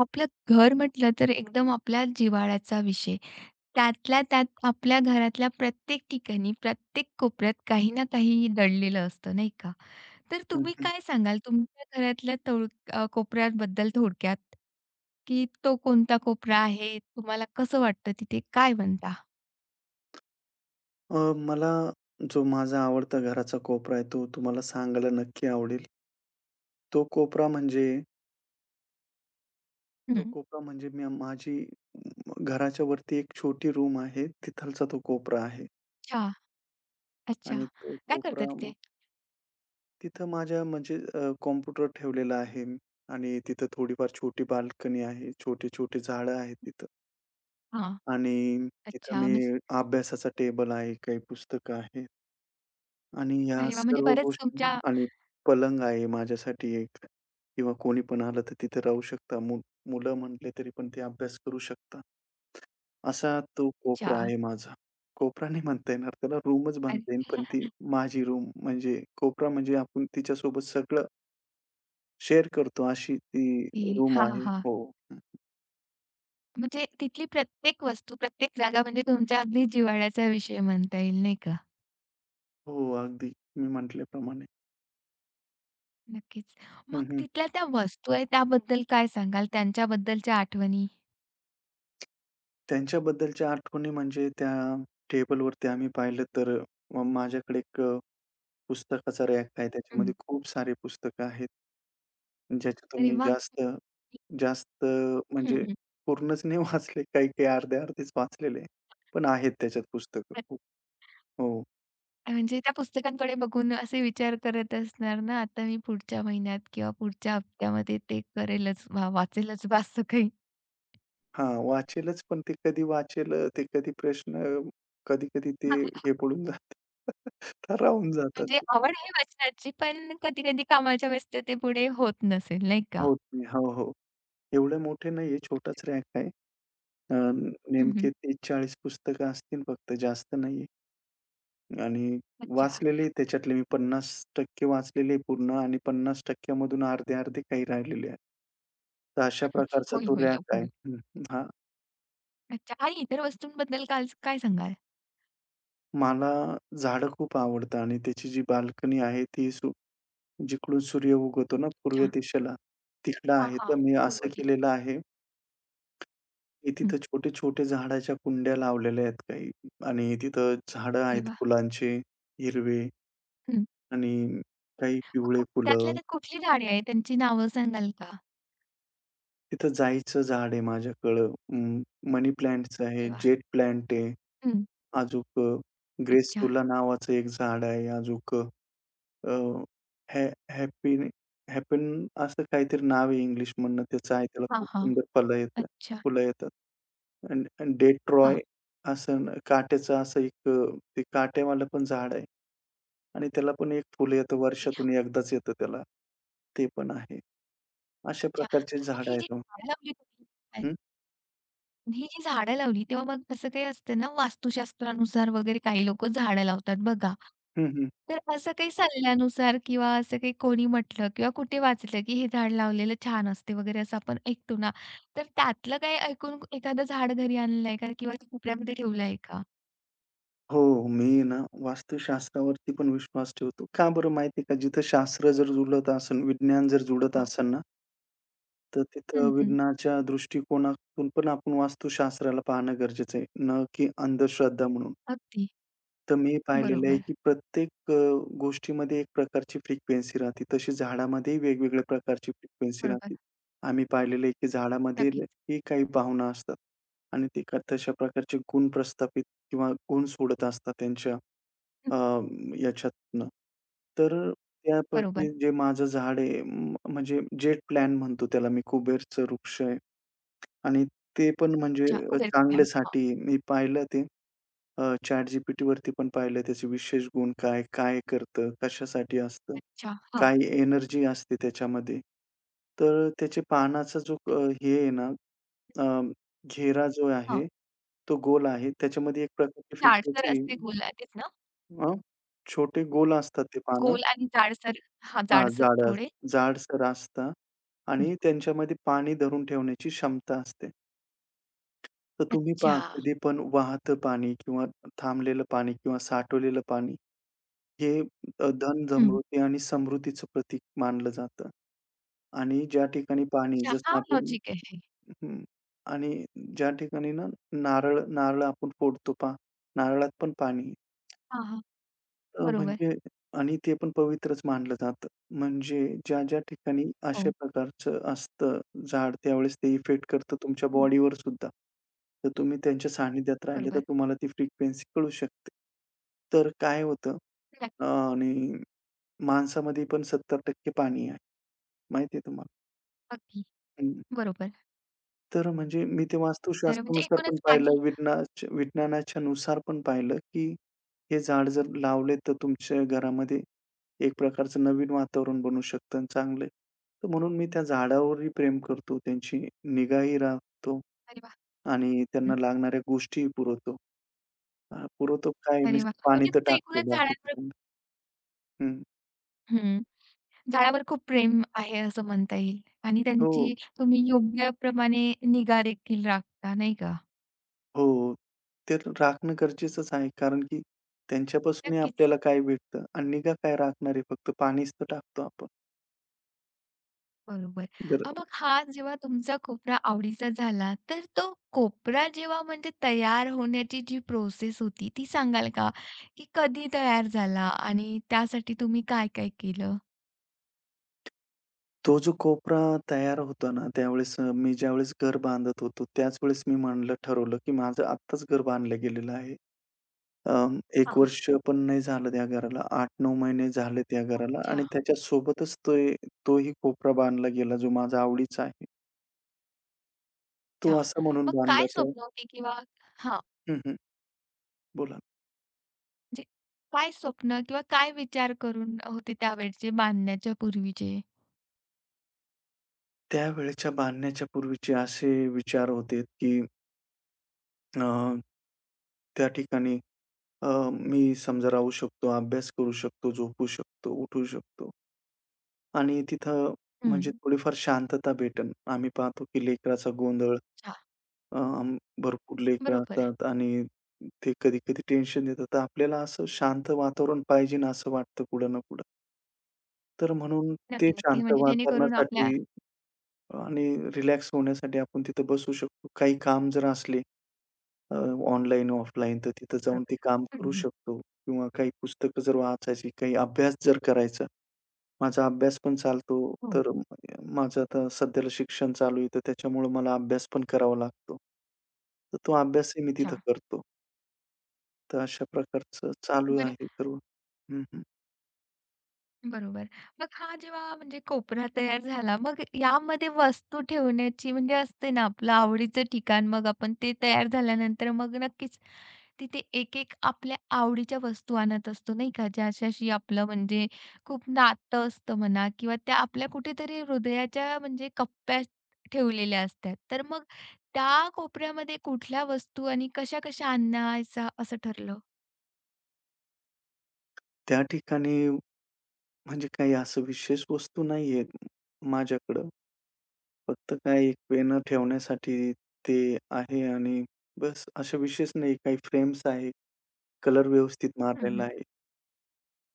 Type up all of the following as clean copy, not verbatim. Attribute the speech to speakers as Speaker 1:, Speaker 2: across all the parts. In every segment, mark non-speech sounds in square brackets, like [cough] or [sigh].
Speaker 1: आपलं घर म्हटलं तर एकदम आपल्या जिव्हाळ्याचा विषय. त्यातल्या त्यात आपल्या घरातल्या प्रत्येक ठिकाणी, प्रत्येक कोपऱ्यात काही ना काही दडलेलं असतं, नाही का? तर
Speaker 2: हं,
Speaker 1: तुम्ही
Speaker 2: हं.
Speaker 1: काय सांगाल तुमच्या घरातल्या तोड कोपऱ्याबद्दल थोडक्यात? की तो कोणता कोपरा आहे? तुम्हाला कसं वाटतं तिथे? काय म्हणता?
Speaker 2: मला जो माझा आवडता घराचा कोपरा आहे, तो तुम्हाला सांगायला नक्की आवडेल. तो कोपरा म्हणजे तो
Speaker 1: हं.
Speaker 2: कोपरा म्हणजे मी माझी घराच्या वरती एक छोटी रूम आहे, तिथलचा तो कोपरा आहे.
Speaker 1: अच्छा, अच्छा.
Speaker 2: आणि तो
Speaker 1: काय करता
Speaker 2: कोपरा मग
Speaker 1: तिथे?
Speaker 2: तिथं माझ्या म्हणजे कॉम्प्युटर ठेवलेला आहे आणि तिथं थोडीफार छोटी बाल्कनी आहे. छोटे-छोटे झाडं आहेत तिथं
Speaker 1: हां.
Speaker 2: आणि तिथं
Speaker 1: अच्छा.
Speaker 2: मी
Speaker 1: म्हणजे
Speaker 2: अभ्यासाचा टेबल आहे, काही पुस्तकं आहे. आणि या
Speaker 1: अरे वाह! म्हणजे
Speaker 2: सर्व
Speaker 1: बरेच
Speaker 2: गोष्टी
Speaker 1: तुमच्या
Speaker 2: आणि पलंग आहे माझ्यासाठी एक किंवा कोणी पण आलं तर तिथे राहू शकता. मुलं म्हटले तरी पण ते अभ्यास करू शकता. असा तो कोपरा
Speaker 1: अच्छा.
Speaker 2: आहे माझा. कोपरा नाही म्हणता येणार त्याला रूमच
Speaker 1: अरे.
Speaker 2: म्हणता येईल, पण ती
Speaker 1: [laughs]
Speaker 2: माझी रूम म्हणजे कोपरा म्हणजे आपण तिच्यासोबत सगळं शेअर करतो अशी ती रूम
Speaker 1: हां,
Speaker 2: आहे.
Speaker 1: हां.
Speaker 2: हो.
Speaker 1: म्हणजे तिथली प्रत्येक वस्तू, प्रत्येक जागा म्हणजे तुमच्या अगदी जिव्हाळ्याचा विषय म्हणता येईल, नाही का?
Speaker 2: हो, अगदी मी म्हटल्याप्रमाणे.
Speaker 1: नक्कीच.
Speaker 2: हं,
Speaker 1: मग
Speaker 2: हं.
Speaker 1: तिथल्या त्या वस्तू आहेत त्याबद्दल काय सांगाल? त्यांच्याबद्दलच्या आठवणी?
Speaker 2: त्यांच्याबद्दलच्या आठवणी म्हणजे त्या टेबलवरती आम्ही पाहिलं तर माझ्याकडे एक पुस्तकाचा रॅक आहे.
Speaker 1: हं.
Speaker 2: त्याच्यामध्ये खूप सारे पुस्तकं आहेत. ज्याच्यातून
Speaker 1: अरे
Speaker 2: मी
Speaker 1: वाह!
Speaker 2: जास्त जास्त
Speaker 1: हं,
Speaker 2: म्हणजे
Speaker 1: हं.
Speaker 2: पूर्णच नाही [laughs] वाचले. काही-काही अर्धे-अर्धेच वाचलेले आहे. पण आहेत त्याच्यात पुस्तकं खूप. हो.
Speaker 1: म्हणजे त्या पुस्तकांकडे बघून असे विचार करत असणार ना, आता मी पुढच्या महिन्यात किंवा पुढच्या हप्त्यामध्ये ते करेलच वा वाचेलच बा असं काही.
Speaker 2: हां, वाचेलच पण ते कधी वाचेल ते कधी प्रश्न कधी-कधी ते हे
Speaker 1: [laughs]
Speaker 2: पडून जातं. [laughs] राहून जातात
Speaker 1: म्हणजे
Speaker 2: ते.
Speaker 1: आवड आहे वाचनाची, पण कधी-कधी कामाच्या व्यस्ततेपुढे होत नसेल, नाही का?
Speaker 2: होत नाही. हो, हो. एवढे मोठे नाहीये, छोटाच रॅक आहे. अ,
Speaker 1: हं, हं.
Speaker 2: नेमके 30-40 पुस्तकं असतील फक्त, जास्त नाहीये. आणि
Speaker 1: अच्छा.
Speaker 2: वाचलेले त्याच्यातले मी 50% वाचलेले आहे पूर्ण आणि 50% मधून अर्धे-अर्धे काही राहिलेले आहे. तर अशा
Speaker 1: [laughs]
Speaker 2: प्रकारचा
Speaker 1: होईल,
Speaker 2: तो
Speaker 1: होईल
Speaker 2: रॅक आहे.
Speaker 1: लवकर.
Speaker 2: हं, हां.
Speaker 1: अच्छा आणि इतर वस्तूंबद्दल काल काय सांगाल?
Speaker 2: मला झाडं खूप आवडतात आणि त्याची जी बाल्कनी आहे ती जिकडून सूर्य उगवतो ना पूर्व
Speaker 1: अच्छा.
Speaker 2: दिशेला, तिकडं
Speaker 1: हां,
Speaker 2: आहे.
Speaker 1: हां.
Speaker 2: तर मी
Speaker 1: पूर्व
Speaker 2: असं
Speaker 1: दिशा.
Speaker 2: केलेलं आहे, की
Speaker 1: हं.
Speaker 2: तिथं छोटे-छोटे झाडाच्या कुंड्या लावलेल्या आहेत काही आणि तिथं झाडं
Speaker 1: अरे
Speaker 2: आहेत
Speaker 1: वाह!
Speaker 2: फुलांचे हिरवे
Speaker 1: हं.
Speaker 2: आणि काही
Speaker 1: मग
Speaker 2: पिवळे
Speaker 1: कुठ त्यातल्या
Speaker 2: फुलं
Speaker 1: त्यात कुठली झाडे आहेत त्यांची नावं सांगाल का?
Speaker 2: तिथं जाईचं झाड आहे माझ्याकडं. मनी प्लांट्स आहे,
Speaker 1: अरे वाह!
Speaker 2: जेट प्लांट आहे.
Speaker 1: हं.
Speaker 2: अजूक अ,
Speaker 1: अच्छा.
Speaker 2: ग्रेसुला नावाचं एक झाड आहे. अजूक अ, हॅ हॅपी हॅपन असं काहीतरी नाव आहे इंग्लिशमधनं त्याचं आहे. त्याला
Speaker 1: हां,
Speaker 2: खूप
Speaker 1: हां.
Speaker 2: सुंदर फलं येतात
Speaker 1: अच्छा.
Speaker 2: फुलं येतात. आणि आणि
Speaker 1: हां.
Speaker 2: डेट्रॉय असं काट्याचं असं एक ते काट्यावालं पण झाड आहे. आणि त्याला पण एक फुल येतं
Speaker 1: ते
Speaker 2: वर्षातून एकदाच येतं त्याला. ते पण आहे. अशा
Speaker 1: अच्छा.
Speaker 2: प्रकारचे
Speaker 1: मग
Speaker 2: झाडं
Speaker 1: ही जी
Speaker 2: आहेत.
Speaker 1: झाडं लावली तुम्ही
Speaker 2: हं.
Speaker 1: ही जी झाडं लावली तेव्हा मग असं काही असतं ना, वास्तुशास्त्रानुसार वगैरे काही लोकं झाडं लावतात बघा.
Speaker 2: हं, हं.
Speaker 1: तर असं काही सल्ल्यानुसार किंवा असं काही कोणी म्हटलं किंवा कुठे वाचलं, की हे झाड लावलेलं छान असते वगैरे असं आपण ऐकतो ना, तर त्यातलं काही ऐकून एखादं झाड घरी आणलं आहे का किंवा ते कोपऱ्यामध्ये ठेवलं आहे का?
Speaker 2: हो, हो. मी ना वास्तुशास्त्रावरती पण विश्वास ठेवतो. का बरं माहिती आहे का? जिथं शास्त्र जर जुळत असेल, विज्ञान जर जुळत
Speaker 1: हां.
Speaker 2: असेल ना, तर तिथं
Speaker 1: हं, हं.
Speaker 2: विज्ञानाच्या दृष्टिकोनातून पण आपण वास्तुशास्त्राला पाहणं गरजेचं आहे, ना की अंधश्रद्धा म्हणून.
Speaker 1: अगदी.
Speaker 2: तर मी पाहिलेलं आहे,
Speaker 1: बरोबर,
Speaker 2: की प्रत्येक गोष्टीमध्ये एक प्रकारची फ्रिक्वेन्सी राहते. तशी झाडामध्येही वेगवेगळ्या प्रकारची फ्रिक्वेन्सी
Speaker 1: बरोबर.
Speaker 2: राहते. आम्ही पाहिलेलं आहे, की झाडामध्ये
Speaker 1: नक्कीच.
Speaker 2: ही काही भावना असतात आणि ते तशा प्रकारचे गुण प्रस्थापित किंवा गुण सोडत असतात त्यांच्या
Speaker 1: हं.
Speaker 2: अ, याच्यातनं. तर
Speaker 1: बरोबर.
Speaker 2: त्यापैकी जे माझं झाड आहे म्हणजे जेट प्लॅन्ट म्हणतो त्याला मी कुबेरचं वृक्ष आहे आणि ते पण म्हणजे
Speaker 1: अच्छा कुबेर प्लांट. हां.
Speaker 2: चांगल्यासाठी आहे. मी पाहिलं ते ChatGPTवरती पण पाहिलं त्याचे विशेष गुण काय? काय करतं? कशासाठी असतं?
Speaker 1: अच्छा. हां,
Speaker 2: काय एनर्जी असते त्याच्यामध्ये? तर त्याच्या पानाचा जो हे आहे ना अ, घेरा जो
Speaker 1: हां.
Speaker 2: आहे, तो गोल आहे. त्याच्यामध्ये एक प्रकारची
Speaker 1: जाडसर
Speaker 2: फ्रिक्वेन्सी
Speaker 1: असते गुलाबीच ना?
Speaker 2: छोटे गोल असतात ते पानं.
Speaker 1: गोल आणि जाडसर हां,
Speaker 2: हां,
Speaker 1: जाडसर थोडे.
Speaker 2: जाडसर असतात आणि त्यांच्यामध्ये पाणी धरून ठेवण्याची क्षमता असते. तर तुम्ही पहा
Speaker 1: अच्छा.
Speaker 2: कधी पण वाहतं पाणी किंवा थांबलेलं पाणी किंवा साठवलेलं पाणी हे धन,
Speaker 1: हं.
Speaker 2: समृद्धी आणि समृद्धीचं प्रतीक मानलं जातं. आणि ज्या ठिकाणी पाणी
Speaker 1: चहा
Speaker 2: जसं आपण
Speaker 1: लॉजिक आहे.
Speaker 2: हं. आणि ज्या ठिकाणी ना नारळ नारळ आपण फोडतो पहा, नारळात पण पाणी आहे.
Speaker 1: हां, हां. बरोबर.
Speaker 2: म्हणजे आणि ते पण पवित्रच मानलं जातं. म्हणजे ज्या-ज्या ठिकाणी अशा
Speaker 1: हो.
Speaker 2: प्रकारचं असतं झाड, त्यावेळेस ते इफेक्ट करतं तुमच्या
Speaker 1: हं.
Speaker 2: बॉडीवर सुद्धा. तर तुम्ही त्यांच्या सानिध्यात राहिले तर
Speaker 1: बरोबर.
Speaker 2: तुम्हाला ती फ्रिक्वेन्सी कळू शकते. तर काय होतं
Speaker 1: नक्कीच.
Speaker 2: आणि माणसामध्ये पण 70% पाणी आहे. माहिती आहे तुम्हाला?
Speaker 1: अगदी. बरोबर.
Speaker 2: तर म्हणजे मी ते
Speaker 1: तर म्हणजे
Speaker 2: वास्तुशास्त्रानुसार पण
Speaker 1: एकूणच पाणी
Speaker 2: पाहिलं, विज्ञानाच्या नुसार पण पाहिलं, की हे झाड जर लावले तर तुमच्या घरामध्ये एक प्रकारचं नवीन वातावरण बनू शकतं आणि चांगलं आहे. तर म्हणून मी त्या झाडावरही प्रेम करतो, त्यांची निगाही राखतो
Speaker 1: अरे वाह!
Speaker 2: आणि
Speaker 1: हं.
Speaker 2: त्यांना लागणाऱ्या गोष्टीही पुरवतो. पुरवतो काय
Speaker 1: अरे वाह!
Speaker 2: नुसतं पाणी
Speaker 1: म्हणजे
Speaker 2: तर
Speaker 1: तुमचं
Speaker 2: टाकतो
Speaker 1: एकूणच
Speaker 2: बाकी
Speaker 1: झाडांवर
Speaker 2: हं.
Speaker 1: हं. झाडावर खूप प्रेम आहे असं म्हणता येईल आणि
Speaker 2: हो.
Speaker 1: त्यांची तुम्ही योग्य प्रमाणे निगा देखील राखता, नाही का?
Speaker 2: हो. ते तर राखणं गरजेचंच आहे. कारण की त्यांच्यापासूनही
Speaker 1: नक्कीच.
Speaker 2: आपल्याला काय भेटतं? आणि निगा काय राखणार आहे? फक्त पाणीच तर टाकतो आपण.
Speaker 1: बरोबर.
Speaker 2: जर
Speaker 1: मग हा जेव्हा तुमचा कोपरा आवडीचा झाला, तर तो कोपरा जेव्हा म्हणजे तयार होण्याची जी प्रोसेस होती, ती सांगाल का? की कधी तयार झाला आणि त्यासाठी तुम्ही काय-काय केलं?
Speaker 2: तो जो कोपरा तयार होतो ना, त्यावेळेस मी ज्यावेळेस घर बांधत होतो, त्याच वेळेस मी म्हणलं ठरवलं, की माझं आत्ताच घर बांधलं गेलेलं आहे. 1
Speaker 1: हां.
Speaker 2: वर्ष पण नाही झालं त्या घराला. 8-9 महिने झाले त्या घराला
Speaker 1: अच्छा,
Speaker 2: आणि त्याच्यासोबतच ते तोही कोपरा बांधला गेला, जो माझा आवडीचा आहे. तो
Speaker 1: अच्छा.
Speaker 2: असा म्हणून
Speaker 1: मग
Speaker 2: बांधला
Speaker 1: काय
Speaker 2: तर
Speaker 1: स्वप्न होती किंवा हां,
Speaker 2: हं, हं. बोला.
Speaker 1: म्हणजे काय स्वप्न किंवा काय विचार करून होते त्यावेळचे बांधण्याच्या पूर्वीचे?
Speaker 2: त्यावेळेच्या बांधण्याच्या पूर्वीचे असे विचार होते, की अ, त्या ठिकाणी मी समजा राहू शकतो, अभ्यास करू शकतो, झोपू शकतो, उठू शकतो आणि तिथं
Speaker 1: हं.
Speaker 2: म्हणजे थोडीफार शांतता भेटेल. आम्ही पाहतो, की लेकराचा गोंधळ
Speaker 1: अच्छा.
Speaker 2: अ, भरपूर लेकरं
Speaker 1: बरोबर.
Speaker 2: असतात आणि ते कधी-कधी टेन्शन देतात. तर आपल्याला असं शांत वातावरण पाहिजे ना असं वाटतं कुठं ना कुठं. तर म्हणून ते
Speaker 1: नक्की, नक्की.
Speaker 2: शांत
Speaker 1: म्हणजे जेणेकरून आपल्या
Speaker 2: वातावरणासाठी आणि रिलॅक्स होण्यासाठी आपण तिथं बसू शकतो. काही काम जर असले अ, ऑनलाईन, ऑफलाईन तर तिथं जाऊन
Speaker 1: बरोबर.
Speaker 2: ते काम
Speaker 1: हं,
Speaker 2: करू
Speaker 1: हं.
Speaker 2: शकतो किंवा काही पुस्तकं जर वाचायची, काही अभ्यास जर करायचा. माझा अभ्यास पण चालतो,
Speaker 1: हो.
Speaker 2: तर माझं आता सध्याला शिक्षण चालू आहे, तर त्याच्यामुळं मला अभ्यास पण करावा लागतो. तर तो अभ्यासही मी तिथं
Speaker 1: अच्छा.
Speaker 2: करतो. तर अशा प्रकारचं चालू
Speaker 1: बरं
Speaker 2: आहे सर्व. हं, हं.
Speaker 1: बरोबर. मग हा जेव्हा म्हणजे कोपरा तयार झाला, मग यामध्ये वस्तू ठेवण्याची म्हणजे असते ना आपलं आवडीचं ठिकाण, मग आपण ते तयार झाल्यानंतर मग नक्कीच तिथे एक-एक आपल्या आवडीच्या वस्तू आणत असतो, नाही का? ज्याच्याशी आपलं म्हणजे खूप नातं असतं म्हणा किंवा त्या आपल्या कुठेतरी हृदयाच्या म्हणजे कप्प्यात ठेवलेल्या असतात. तर मग त्या कोपऱ्यामध्ये कुठल्या वस्तू आणि कशा-कशा आणायचा असं ठरलं?
Speaker 2: त्या ठिकाणी म्हणजे काही असं विशेष वस्तू नाहीये माझ्याकडं. फक्त काय एक पेनं ठेवण्यासाठी ते आहे आणि बस. अशा विशेष नाही काही फ्रेम्स आहेत. कलर व्यवस्थित मारलेला
Speaker 1: हं,
Speaker 2: आहे.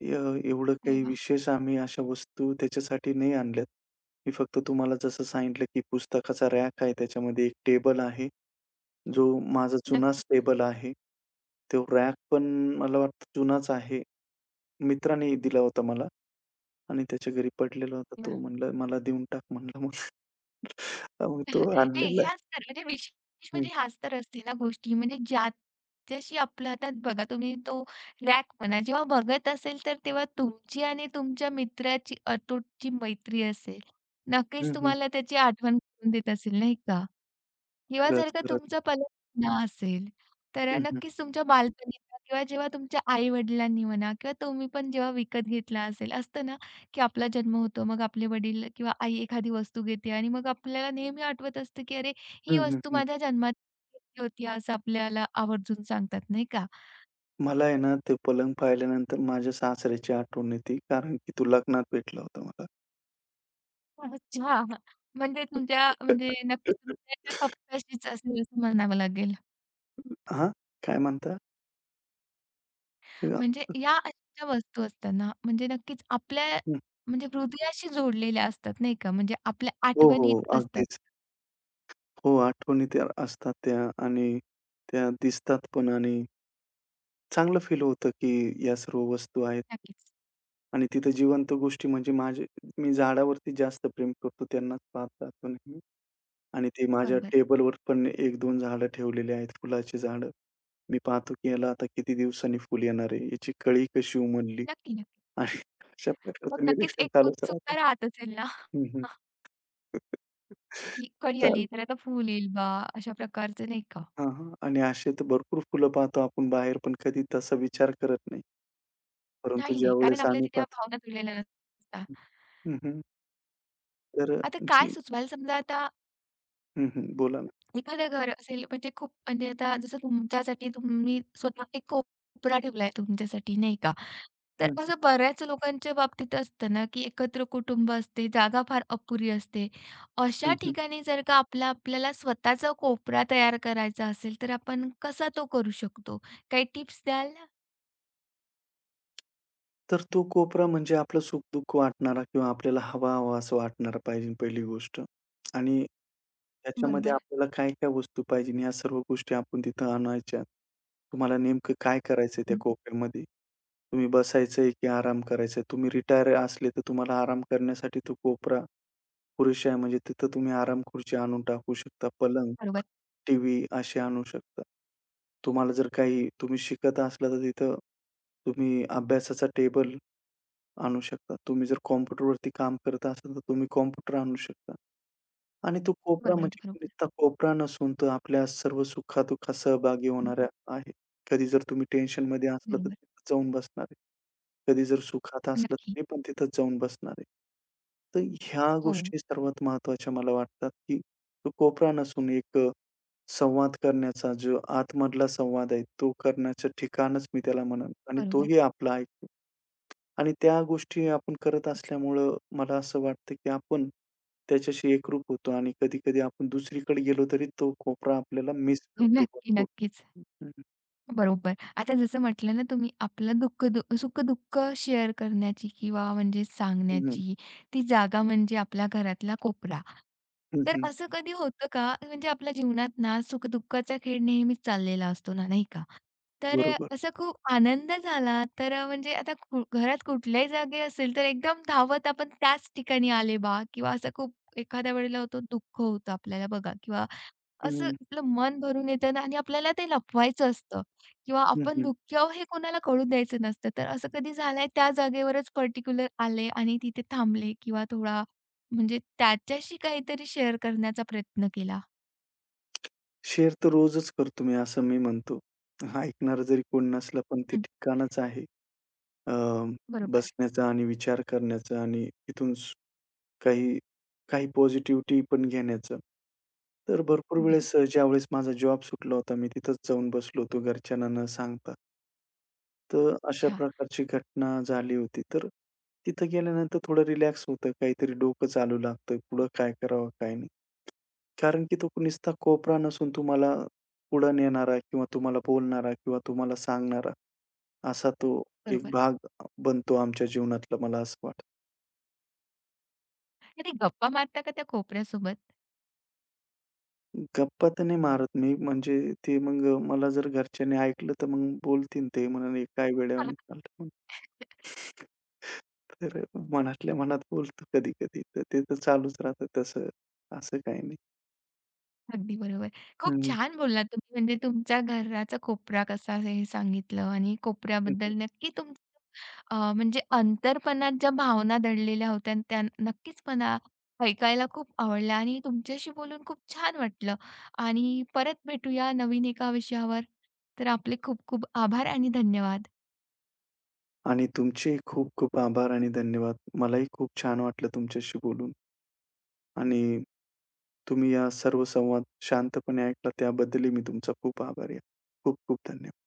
Speaker 2: अ, एवढं
Speaker 1: अरे
Speaker 2: काही
Speaker 1: वाह!
Speaker 2: विशेष आम्ही अशा वस्तू त्याच्यासाठी नाही आणल्यात. मी फक्त तुम्हाला जसं सांगितलं, की पुस्तकाचा रॅक आहे. त्याच्यामध्ये एक टेबल आहे, जो माझा जुनाच
Speaker 1: नक्कीच.
Speaker 2: टेबल आहे. तो रॅक पण मला वाटतं जुनाच आहे. मित्राने दिला होता मला आणि त्याच्या घरी पडलेला होता. तो म्हणला, "मला देऊन टाक" म्हणला मग. [laughs] मग तो
Speaker 1: [laughs] नाही
Speaker 2: आणलेला आहे.
Speaker 1: ह्याच तर म्हणजे विशेष
Speaker 2: हं.
Speaker 1: म्हणजे ह्याच तर असते ना गोष्टी म्हणजे ज्याच्याशी आपलं आता बघा तुम्ही तो रॅक म्हणा जेव्हा बघत असेल तर तेव्हा तुमची आणि तुमच्या मित्राची अतूटची मैत्री असेल. नक्कीच
Speaker 2: हं, हं.
Speaker 1: तुम्हाला त्याची आठवण करून देत असेल नाही का? किंवा जर
Speaker 2: खरंच,
Speaker 1: का
Speaker 2: खरंच.
Speaker 1: तुमचा ना असेल, तर
Speaker 2: हं, हं.
Speaker 1: नक्कीच तुमच्या बालपणी म्हणा किंवा जेव्हा तुमच्या आई-वडिलांनी म्हणा किंवा तुम्ही पण जेव्हा विकत घेतला असेल, असतं ना, की आपला जन्म होतो, मग आपले वडील किंवा आई एखादी वस्तू घेते आणि मग आपल्याला नेहमी आठवत असतं, की "अरे, ही
Speaker 2: हं,
Speaker 1: वस्तू
Speaker 2: हं,
Speaker 1: माझ्या जन्मात घेतली होती," असं आपल्याला आवर्जून सांगतात, नाही का?
Speaker 2: मला आहे ना, ते पलंग पाहिल्यानंतर माझ्या सासऱ्याची आठवण येते, कारण की तो लग्नात भेटला होता मला.
Speaker 1: अच्छा. म्हणजे तुमच्या म्हणजे नक्कीच
Speaker 2: [laughs]
Speaker 1: हृदयाच्या कप्प्याशीच असेल, असं म्हणावं लागेल.
Speaker 2: हां? काय म्हणता?
Speaker 1: म्हणजे या अशा ज्या वस्तू असतात ना, म्हणजे नक्कीच आपल्या
Speaker 2: हं,
Speaker 1: म्हणजे हृदयाशी जोडलेल्या असतात नाही का? म्हणजे आपल्या
Speaker 2: हो, हो.
Speaker 1: आठवणीत असतात.
Speaker 2: अगदीच. हो, आठवणी त्या असतात त्या आणि त्या दिसतात पण आणि चांगलं फील होतं, की या सर्व वस्तू आहेत
Speaker 1: नक्कीच.
Speaker 2: आणि तिथं जिवंत गोष्टी म्हणजे माझे मी झाडावरती जास्त प्रेम करतो, त्यांनाच पाहत नेहमी. आणि ते माझ्या
Speaker 1: बरोबर.
Speaker 2: टेबलवर पण 1-2 झाडं ठेवलेली आहेत, फुलाची झाडं. मी पाहतो की याला आता किती दिवसांनी फुल येणार आहे, याची कळी कशी उमलली
Speaker 1: नक्की, नक्की.
Speaker 2: आणि अशा
Speaker 1: मग
Speaker 2: प्रकारचं
Speaker 1: नक्कीच
Speaker 2: निरीक्षण
Speaker 1: एक
Speaker 2: चालूच राहतं.
Speaker 1: उत्सुकता राहत असेल ना,
Speaker 2: हं, हं.
Speaker 1: [laughs] की
Speaker 2: [laughs]
Speaker 1: कधी आली
Speaker 2: चालेल.
Speaker 1: तर आता फूल येईल बा, अशा प्रकारचं नाही का?
Speaker 2: हां, हां. आणि असे तर भरपूर फुलं पाहतो आपण बाहेर, पण कधी तसा विचार करत नाही. परंतु
Speaker 1: नाही, नाही. कारण
Speaker 2: ज्यावेळेस
Speaker 1: आपल्या
Speaker 2: आम्ही
Speaker 1: तिथे ह्या
Speaker 2: पाहतो
Speaker 1: भावना जुळलेल्या नसतात.
Speaker 2: हं, हं. तर
Speaker 1: आता काय
Speaker 2: जी
Speaker 1: सुचवाल समजा आता
Speaker 2: हं, हं. बोला ना.
Speaker 1: एखादं घर असेल म्हणजे खूप म्हणजे आता जसं तुमच्यासाठी तुम्ही स्वतः एक कोपरा ठेवलाय तुमच्यासाठी नाही का? तर
Speaker 2: हं, हं.
Speaker 1: असं बऱ्याच लोकांच्या बाबतीत असतं ना, की एकत्र कुटुंब असते, जागा फार अपुरी असते. अशा
Speaker 2: हं, हं.
Speaker 1: ठिकाणी जर का आपला आपल्याला स्वतःचा कोपरा तयार करायचा असेल, तर आपण कसा तो करू शकतो? काही टिप्स द्याल?
Speaker 2: तर तो कोपरा म्हणजे आपलं सुख-दुःख वाटणारा किंवा आपल्याला हवा-हवा असं वाटणारा पाहिजे पहिली गोष्ट. आणि त्याच्यामध्ये
Speaker 1: बरोबर.
Speaker 2: आपल्याला काय-काय वस्तू पाहिजे ह्या सर्व गोष्टी आपण तिथं आणायच्या. तुम्हाला नेमकं काय करायचंय त्या
Speaker 1: हं.
Speaker 2: कोपऱ्यामध्ये? तुम्ही बसायचंय की आराम करायचाय? तुम्ही रिटायर असले तर तुम्हाला आराम करण्यासाठी तो कोपरा पुरुष आहे म्हणजे तिथं तुम्ही आराम-खुर्ची आणून टाकू शकता, पलंग,
Speaker 1: बरोबर.
Speaker 2: टीव्ही असे आणू शकता. तुम्हाला जर काही तुम्ही शिकत असला तर तिथं तुम्ही अभ्यासाचा टेबल आणू शकता. तुम्ही जर कॉम्प्युटरवरती काम करत असाल तर तुम्ही कॉम्प्युटर आणू शकता. आणि तो कोपरा
Speaker 1: बरोबर. अगदी
Speaker 2: म्हणजे
Speaker 1: बरोबर.
Speaker 2: नुसता कोपरा नसून तो आपल्या सर्व सुखा सहभागी
Speaker 1: हं.
Speaker 2: होणारा आहे. कधी जर तुम्ही टेन्शनमध्ये असला तर
Speaker 1: बरोबर.
Speaker 2: तिथं जाऊन बसणार आहे. कधी जर सुखात असलं
Speaker 1: नक्की.
Speaker 2: तरी पण तिथंच जाऊन बसणार आहे. तर ह्या
Speaker 1: हो.
Speaker 2: गोष्टी सर्वात महत्त्वाच्या मला वाटतात, की तो कोपरा नसून एक संवाद करण्याचा जो आतमधला संवाद आहे, तो करण्याचं ठिकाणच मी त्याला म्हणेन आणि
Speaker 1: बरोबर.
Speaker 2: तोही आपला ऐकतो आणि त्या गोष्टी आपण करत
Speaker 1: [laughs]
Speaker 2: असल्यामुळं मला असं वाटतं, की आपण त्याच्याशी एकरूप होतो आणि कधी-कधी आपण दुसरीकडे गेलो तरी तो कोपरा आपल्याला मिस करतो
Speaker 1: नक्की,
Speaker 2: भरपूर.
Speaker 1: नक्कीच.
Speaker 2: हं,
Speaker 1: बरोबर. आता जसं म्हटलं ना तुम्ही आपलं दुःख दु सुख-दुःख शेअर करण्याची किंवा म्हणजे
Speaker 2: हं.
Speaker 1: सांगण्याची ती जागा म्हणजे आपल्या घरातला कोपरा.
Speaker 2: हं,
Speaker 1: तर
Speaker 2: हं.
Speaker 1: असं कधी होतं का म्हणजे आपल्या जीवनात ना सुख-दुःखाचा खेळ नेहमीच चाललेला असतो ना, नाही का? तर
Speaker 2: बरोबर.
Speaker 1: असं खूप आनंद झाला तर म्हणजे आता कु घरात कुठल्याही जागी असेल तर एकदम धावत आपण त्याच ठिकाणी आले बा किंवा असं खूप एखाद्या वेळेला होतो दुःख होतं आपल्याला बघा किंवा असं
Speaker 2: हं,
Speaker 1: आपलं मन भरून येतं ना आणि आपल्याला ते लपवायचं असतं किंवा
Speaker 2: हं,
Speaker 1: आपण
Speaker 2: हं.
Speaker 1: दुःखी आहोत हे कोणाला कळू द्यायचं नसतं. तर असं कधी झालंय त्या जागेवरच पर्टिक्युलर आले आणि तिथे थांबले किंवा थोडा म्हणजे त्याच्याशी काहीतरी शेअर करण्याचा प्रयत्न केला?
Speaker 2: शेअर तर रोजच करतो मी, असं मी म्हणतो. ऐकणारं जरी कोणी नसलं, पण ते
Speaker 1: हं,
Speaker 2: ठिकाणच आहे अ,
Speaker 1: बरोबर.
Speaker 2: बसण्याचं आणि विचार करण्याचं आणि तिथून काही काही पॉझिटिव्हिटी पण घेण्याचं. तर भरपूर
Speaker 1: हं,
Speaker 2: वेळेस ज्यावेळेस माझा जॉब सुटला होता, मी तिथंच जाऊन बसलो होतो घरच्यांना न सांगता. तर अशा
Speaker 1: अच्छा,
Speaker 2: प्रकारची घटना झाली होती. तर तिथं गेल्यानंतर थोडं रिलॅक्स होतं, काहीतरी डोकं चालू लागतं, पुढं काय करावं, काय नाही. कारण की तो नुसता कोपरा नसून तुम्हाला पुढे नेणारा किंवा तुम्हाला बोलणारा किंवा तुम्हाला सांगणारा, असा तो एक
Speaker 1: बरोबर.
Speaker 2: भाग बनतो आमच्या जीवनातला मला असं वाटतं.
Speaker 1: कधी गप्पा मारता का त्या कोपऱ्यासोबत?
Speaker 2: गप्पा तर नाही मारत मी म्हणजे ते मग मला जर घरच्यांनी ऐकलं तर मग बोलतील ते म्हणून काय वेड्यावानी चालतं." म्हणून.
Speaker 1: [laughs]
Speaker 2: तर मनातल्या मनात बोलतो कधी-कधी तर ते तर चालूच राहतं तसं, असं काही नाही.
Speaker 1: अगदी बरोबर. खूप
Speaker 2: हं,
Speaker 1: छान बोललात तुम्ही. म्हणजे तुमच्या घराचा कोपरा कसा आहे हे सांगितलं आणि
Speaker 2: हं.
Speaker 1: कोपऱ्याबद्दल नक्की तुमचं म्हणजे अंतर्पणात ज्या भावना दडलेल्या होत्या त्या नक्कीच मला ऐकायला खूप आवडल्या आणि तुमच्याशी बोलून खूप छान वाटलं आणि परत भेटूया नवीन एका विषयावर. तर आपले खूप खूप आभार आणि धन्यवाद.
Speaker 2: आणि तुमचे खूप-खूप आभार आणि धन्यवाद. मलाही खूप छान वाटलं तुमच्याशी बोलून. आणि तुम्ही या सर्व संवाद शांतपणे ऐकला त्याबद्दलही मी तुमचा खूप आभारी आहे. खूप खूप धन्यवाद.